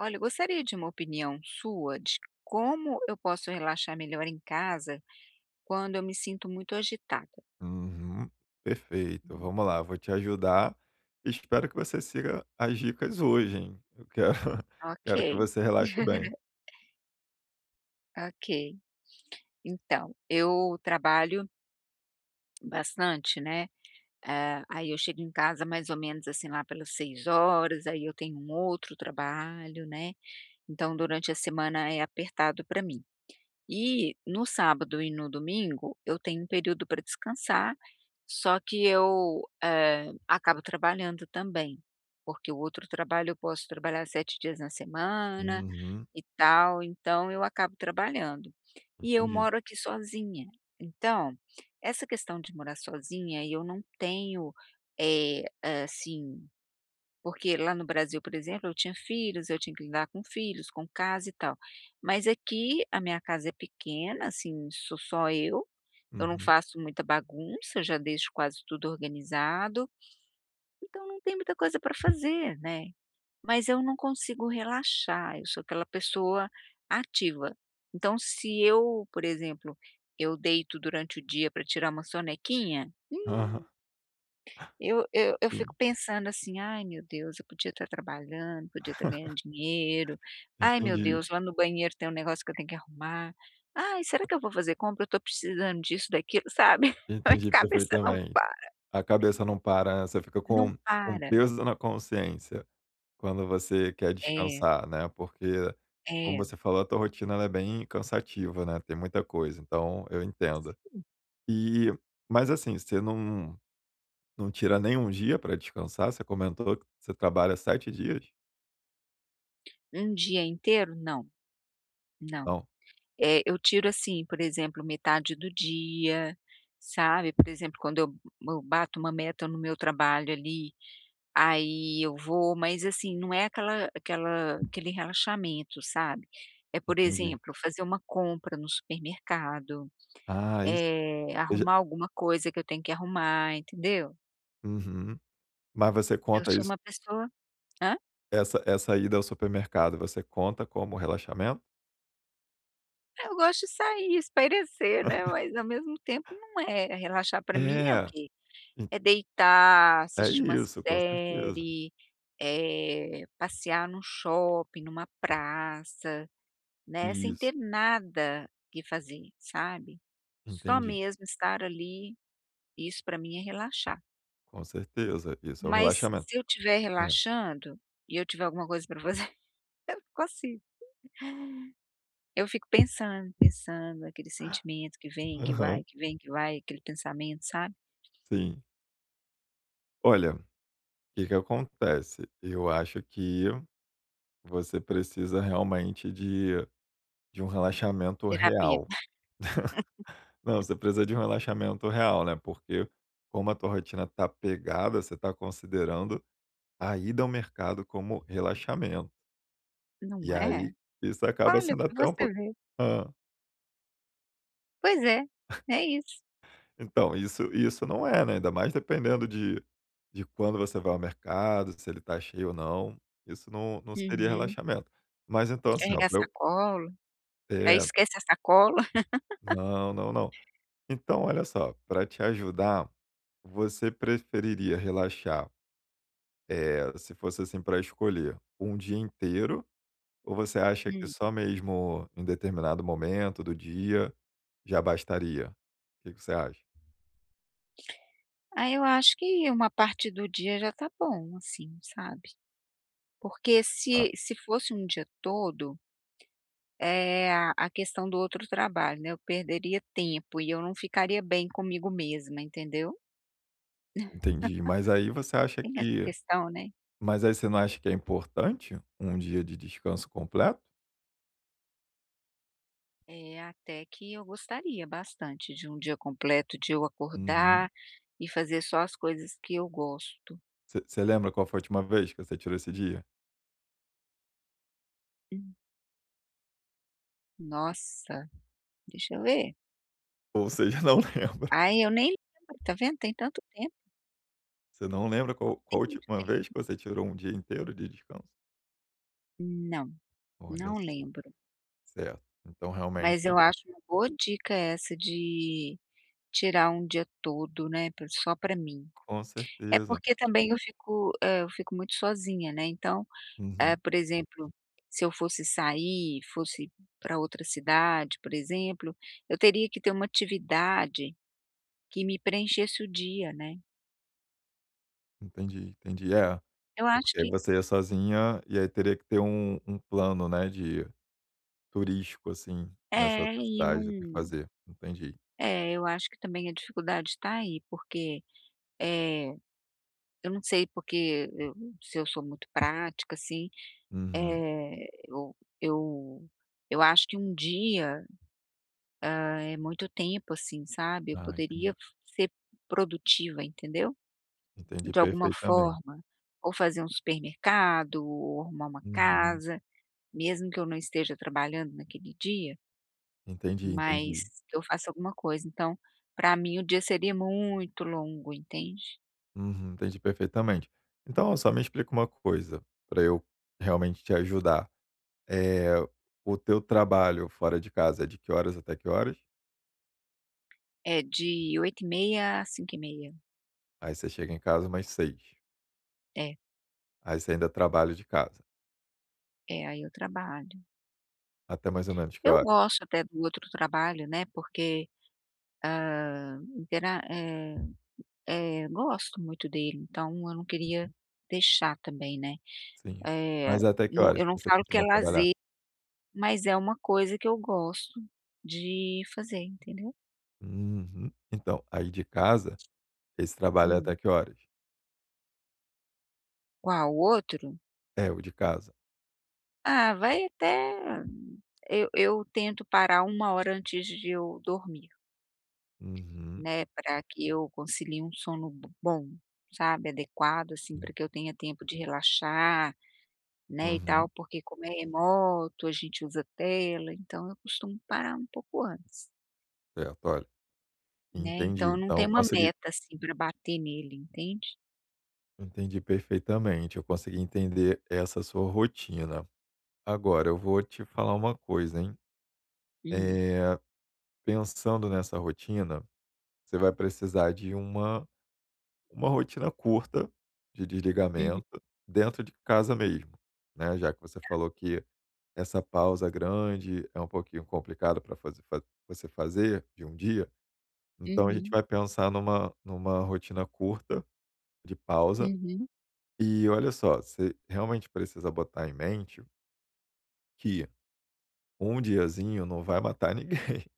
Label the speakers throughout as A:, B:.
A: Olha, eu gostaria de uma opinião sua de como eu posso relaxar melhor em casa quando eu me sinto muito agitada.
B: Uhum. Perfeito.
A: Hum.
B: Vamos lá, vou te ajudar. Espero que você siga as dicas hoje, hein. Eu quero
A: Ok,
B: Quero que você relaxe bem.
A: ok. Então, eu trabalho bastante, né? Ah, aí eu chego em casa mais ou menos assim lá pelas 6 horas. Aí eu tenho um outro trabalho, né? Então, durante a semana é apertado para mim. E no sábado e no domingo eu tenho um período para descansar, só que eu, acabo trabalhando também, porque o outro trabalho eu posso trabalhar 7 dias na semana
B: Uhum.
A: e tal, então eu acabo trabalhando. E eu
B: Entendi.
A: moro aqui sozinha, então essa questão de morar sozinha eu não tenho, eh, assim, porque lá no Brasil, por exemplo, eu tinha filhos, eu tinha que lidar com filhos, com casa e tal. Mas aqui a minha casa é pequena, assim, sou só eu não
B: Uhum.
A: faço muita bagunça, eu já deixo quase tudo organizado, então não tem muita coisa para fazer, né. Mas eu não consigo relaxar, eu sou aquela pessoa ativa. Então se eu, por exemplo, eu deito durante o dia para tirar uma sonequinha,
B: Aham.
A: eu fico
B: Sim,
A: pensando assim: "Ai meu Deus, eu podia estar trabalhando, podia estar ganhando dinheiro. Ai meu
B: entendi.
A: Deus, lá no banheiro tem um negócio que eu tenho que arrumar. Ai, será que eu vou fazer compra? Eu estou precisando disso, daquilo", sabe. A minha
B: Entendi
A: cabeça não
B: perfeitamente.
A: para,
B: A cabeça não para, né, você fica
A: não
B: com um
A: para.
B: peso na consciência quando você quer
A: É,
B: descansar, né, porque, como
A: é.
B: você falou, a tua rotina ela é bem cansativa, né, tem muita coisa, então eu entendo. E mas assim, você não Não tira nem um dia para descansar? Você comentou que você trabalha 7 dias?
A: Um dia inteiro? Não, não.
B: Não,
A: É, eu tiro assim, por exemplo, metade do dia, sabe. Por exemplo, quando eu bato uma meta no meu trabalho ali, aí eu vou, mas assim, não é aquela aquela aquele relaxamento, sabe. É, por
B: entendi.
A: exemplo, fazer uma compra no supermercado,
B: Ah, isso você já.
A: arrumar alguma coisa que eu tenho que arrumar, entendeu.
B: Uhum. Mas você
A: Eu
B: conta
A: sou
B: isso
A: uma pessoa, hã?
B: essa essa ida ao supermercado, você conta como relaxamento?
A: Eu gosto de sair, espairecer, né, mas ao mesmo tempo não é relaxar. Para mim é o
B: É,
A: quê?
B: en
A: É deitar,
B: é
A: assistir uma
B: isso, com certeza.
A: série, passear num shopping, numa praça. Né, sem
B: Isso,
A: ter nada que fazer, sabe. Só
B: entendi.
A: mesmo estar ali, isso para mim é relaxar.
B: Com certeza, isso é o
A: Mas
B: relaxamento.
A: se eu estiver
B: Hã.
A: relaxando e eu tiver alguma coisa para fazer, eu não consigo. Eu fico pensando, pensando, aquele sentimento que vem, que
B: Aham,
A: vai, que vem, que vai, aquele pensamento, sabe.
B: sim. Olha, o que que acontece, eu acho que você precisa realmente de um relaxamento
A: Terapia.
B: real. Não, você precisa de um relaxamento real, né, porque como a tua rotina tá pegada, você tá considerando a ida ao mercado como relaxamento. E
A: Não é?
B: aí, isso acaba
A: Olha
B: sendo
A: para
B: até um
A: você
B: pouco.
A: ver.
B: Hã.
A: Pois é, é isso.
B: Então, isso não é, né, ainda mais dependendo de quando você vai ao mercado, se ele tá cheio ou não, isso não seria
A: Uhum.
B: relaxamento. Mas então assim, ó,
A: Carregar
B: pra eu
A: sacola, aí
B: é,
A: esquece a sacola.
B: não, não, não. Então olha só, para te ajudar, você preferiria relaxar. É, se fosse assim para escolher, um dia inteiro ou você acha que só mesmo em determinado momento do dia já bastaria? O que que você acha?
A: Ah, eu acho que uma parte do dia já tá bom, assim, sabe. Porque
B: Tá,
A: se fosse um dia todo, é a questão do outro trabalho, né, eu perderia tempo e eu não ficaria bem comigo mesma, entendeu.
B: entendi.
A: Tem essa questão, né.
B: Mas aí você não acha que é importante um dia de descanso completo?
A: É, até que eu gostaria bastante de um dia completo, de eu acordar
B: Uhum.
A: e fazer só as coisas que eu gosto.
B: Você lembra qual foi a última vez que você tirou esse dia?
A: Hum, nossa, deixa eu ver.
B: Ou você já não lembra?
A: Ai, eu nem lembro, tá vendo, tem tanto tempo,
B: Você não lembra qual
A: tem
B: a
A: muito
B: última
A: tempo.
B: vez que você tirou um dia inteiro de descanso?
A: Não,
B: Olha
A: não
B: só,
A: lembro.
B: certo. Então realmente
A: Mas eu acho uma boa dica essa de tirar um dia todo, né, pra só para mim.
B: com
A: É,
B: certeza.
A: porque também eu fico, eu fico muito sozinha, né, então,
B: Uhum.
A: por exemplo, se eu fosse sair, fosse para outra cidade, por exemplo, eu teria que ter uma atividade que me preenchesse o dia, né.
B: Entendi, entendi. É,
A: Eu acho
B: porque aí
A: que
B: você ia sozinha e aí teria que ter um plano, né, de turístico, assim, nessa
A: é,
B: outra
A: e não,
B: cidade do que fazer. Entendi.
A: é, eu acho que também a dificuldade está aí, porque, é, eu não sei porque eu se eu sou muito prática, assim.
B: Uhum.
A: Eh, eu eu eu acho que um dia, ah, é muito tempo, assim, sabe, eu
B: Ah, entendi.
A: poderia ser produtiva, entendeu,
B: Entendi
A: de alguma
B: perfeitamente.
A: forma, ou fazer um supermercado, ou arrumar uma
B: Uhum.
A: casa, mesmo que eu não esteja trabalhando naquele dia,
B: Entendi,
A: mas
B: entendi.
A: que eu faça alguma coisa. Então, para mim o dia seria muito longo, entende.
B: Uhum, entendi perfeitamente. Então só me explica uma coisa, para eu realmente te ajudar. É, o teu trabalho fora de casa é de que horas até que horas?
A: É de 8:30 a 5:30.
B: Aí você chega em casa umas seis.
A: É,
B: Aí você ainda trabalha de casa.
A: é, aí eu trabalho.
B: Até mais ou menos que
A: Eu
B: horas?
A: gosto até do outro trabalho, né, porque, Ah, intera eh gosto muito dele, então eu não queria deixar também, né.
B: Sim.
A: Eh,
B: Mas até que
A: não
B: horas
A: eu não
B: que você
A: falo que é
B: costuma trabalhar?
A: lazer, mas é uma coisa que eu gosto de fazer, entendeu.
B: Uhum. Então, aí de casa, esse trabalho é até
A: Hum.
B: que horas?
A: Qual outro?
B: É, o de casa.
A: Ah, vai até, eu tento parar 1 hora antes de eu dormir,
B: Uhum.
A: né, para que eu concilie um sono bom, sabe, adequado, assim, para
B: Sim.
A: que eu tenha tempo de relaxar. Né, e
B: Uhum.
A: tal, porque como é remoto, a gente usa tela, então eu costumo parar um pouco antes,
B: Certo, olha,
A: né, então
B: entendi.
A: eu não
B: Então
A: tenho
B: eu
A: uma
B: consegui
A: meta, assim, para bater nele, entende.
B: entendi perfeitamente, eu consegui entender essa sua rotina. Agora eu vou te falar uma coisa, hein.
A: Hum.
B: Eh, pensando nessa rotina, você vai precisar de uma rotina curta de
A: Uhum,
B: desligamento dentro de casa mesmo, né, já que você falou que essa pausa grande é um pouquinho complicado para você fazer de um dia, então a gente
A: uhum,
B: vai pensar numa rotina curta de pausa.
A: uhum.
B: E olha só, você realmente precisa botar em mente que um diazinho não vai matar ninguém.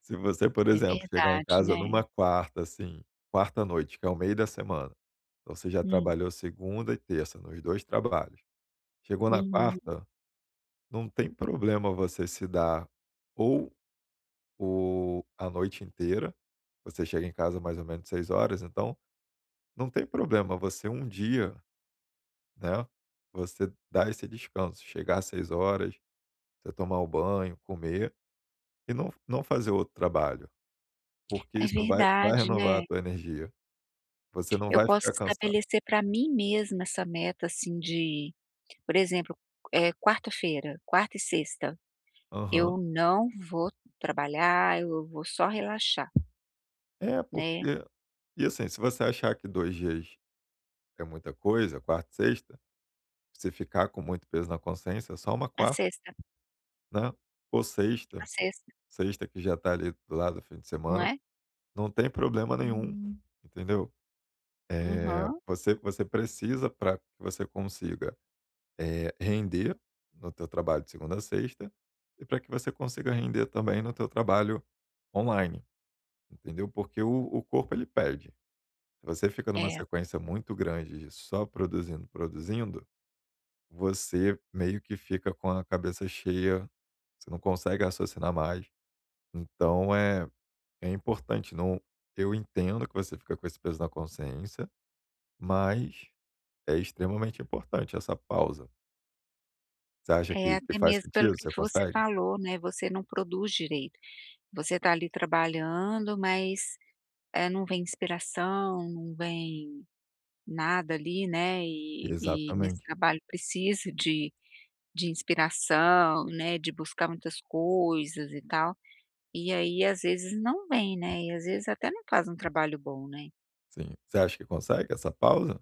B: Se você, por
A: É
B: exemplo, chegar em
A: verdade,
B: casa
A: né.
B: numa quarta, assim, quarta noite, que é o meio da semana, então você já
A: Hum.
B: trabalhou segunda e terça nos 2 trabalhos. Chegou na
A: Uhum.
B: quarta, não tem problema você se dar ou o a noite inteira. Você chega em casa mais ou menos 6 horas então não tem problema você um dia, né, você dar esse descanso, chegar às 6 horas, você tomar o banho, comer e não fazer outro trabalho, porque
A: É
B: isso vai
A: verdade,
B: renovar a
A: né.
B: tua energia. Você não
A: Eu
B: vai
A: posso
B: ficar cansado.
A: estabelecer para mim mesma essa meta, assim, de, por exemplo, quarta-feira, quarta e sexta, eu
B: Aham.
A: não vou trabalhar, eu vou só relaxar,
B: É, porque
A: né.
B: assim, se você achar que 2 dias é muita coisa, quarta e sexta, você ficar com muito peso na consciência, é só uma
A: A
B: quarta,
A: sexta,
B: né, ou
A: a
B: sexta.
A: sexta,
B: Sexta que já tá ali do lado do fim de
A: não
B: semana,
A: é?
B: não tem problema nenhum. Hum. Entendeu?
A: Aham.
B: Você precisa para que você consiga, render no teu trabalho de segunda a sexta e para que você consiga render também no teu trabalho online, entendeu? Porque o corpo ele pede. Se você fica numa
A: É,
B: sequência muito grande de só produzindo, produzindo, você meio que fica com a cabeça cheia, você não consegue raciocinar mais. Então é importante, não, eu entendo que você fica com esse peso na consciência, mas é extremamente importante essa pausa. Você acha
A: é
B: que
A: até
B: faz
A: mesmo pelo
B: sentido?
A: que
B: Você
A: você
B: consegue?
A: falou, né, você não produz direito. Você está ali trabalhando, mas, não vem inspiração, não vem nada ali, né, e nesse
B: Exatamente,
A: trabalho precisa de inspiração, né, de buscar muitas coisas e tal, e aí às vezes não vem, né, e às vezes até não faz um trabalho bom, né.
B: sim. Você acha que consegue essa pausa?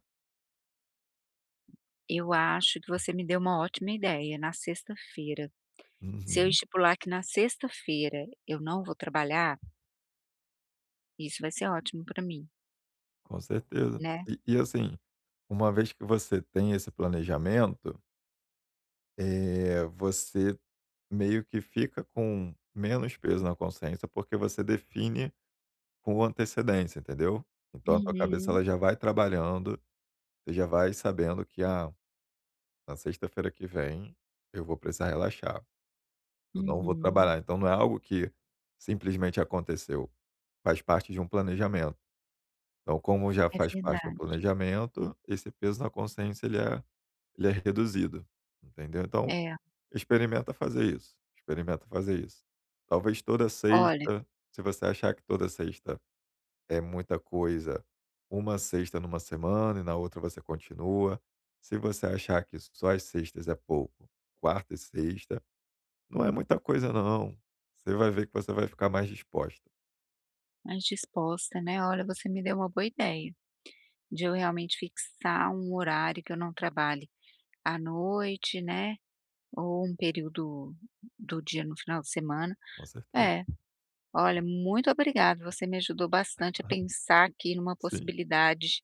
A: Eu acho que você me deu uma ótima ideia, na sexta-feira. Se eu
B: Uhum,
A: estipular que na sexta-feira eu não vou trabalhar, isso vai ser ótimo para mim,
B: com certeza.
A: né.
B: E assim, uma vez que você tem esse planejamento, você meio que fica com menos peso na consciência, porque você define com antecedência, entendeu? Então a tua cabeça
A: Uhum,
B: ela já vai trabalhando. Você já vai sabendo que, ah, na sexta-feira que vem eu vou precisar relaxar, eu não vou
A: uhum.
B: trabalhar. Então não é algo que simplesmente aconteceu, faz parte de um planejamento. Então como já
A: É
B: faz parte do
A: verdade.
B: planejamento, esse peso na consciência ele é reduzido, entendeu? Então
A: É,
B: experimenta fazer isso, experimenta fazer isso. Talvez toda
A: olha,
B: sexta, se você achar que toda sexta é muita coisa, uma sexta numa semana e na outra você continua. Se você achar que só as sextas é pouco, quarta e sexta, não é muita coisa não. Você vai ver que você vai ficar mais disposta,
A: mais disposta, né, olha, você me deu uma boa ideia, de eu realmente fixar um horário que eu não trabalhe à noite, né, ou um período do dia no final de semana.
B: com certeza.
A: É, olha, muito obrigada, você me ajudou bastante a pensar aqui numa
B: Sim.
A: possibilidade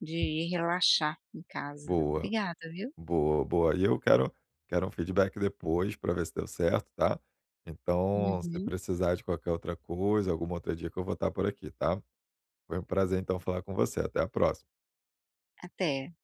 A: de relaxar em casa.
B: Boa,
A: Obrigada, viu.
B: boa, boa. E eu quero um feedback depois para ver se deu certo, tá? Então, se
A: Uhum,
B: precisar de qualquer outra coisa, alguma outra dica, eu vou estar por aqui, tá? Foi um prazer então falar com você. Até a próxima.
A: até.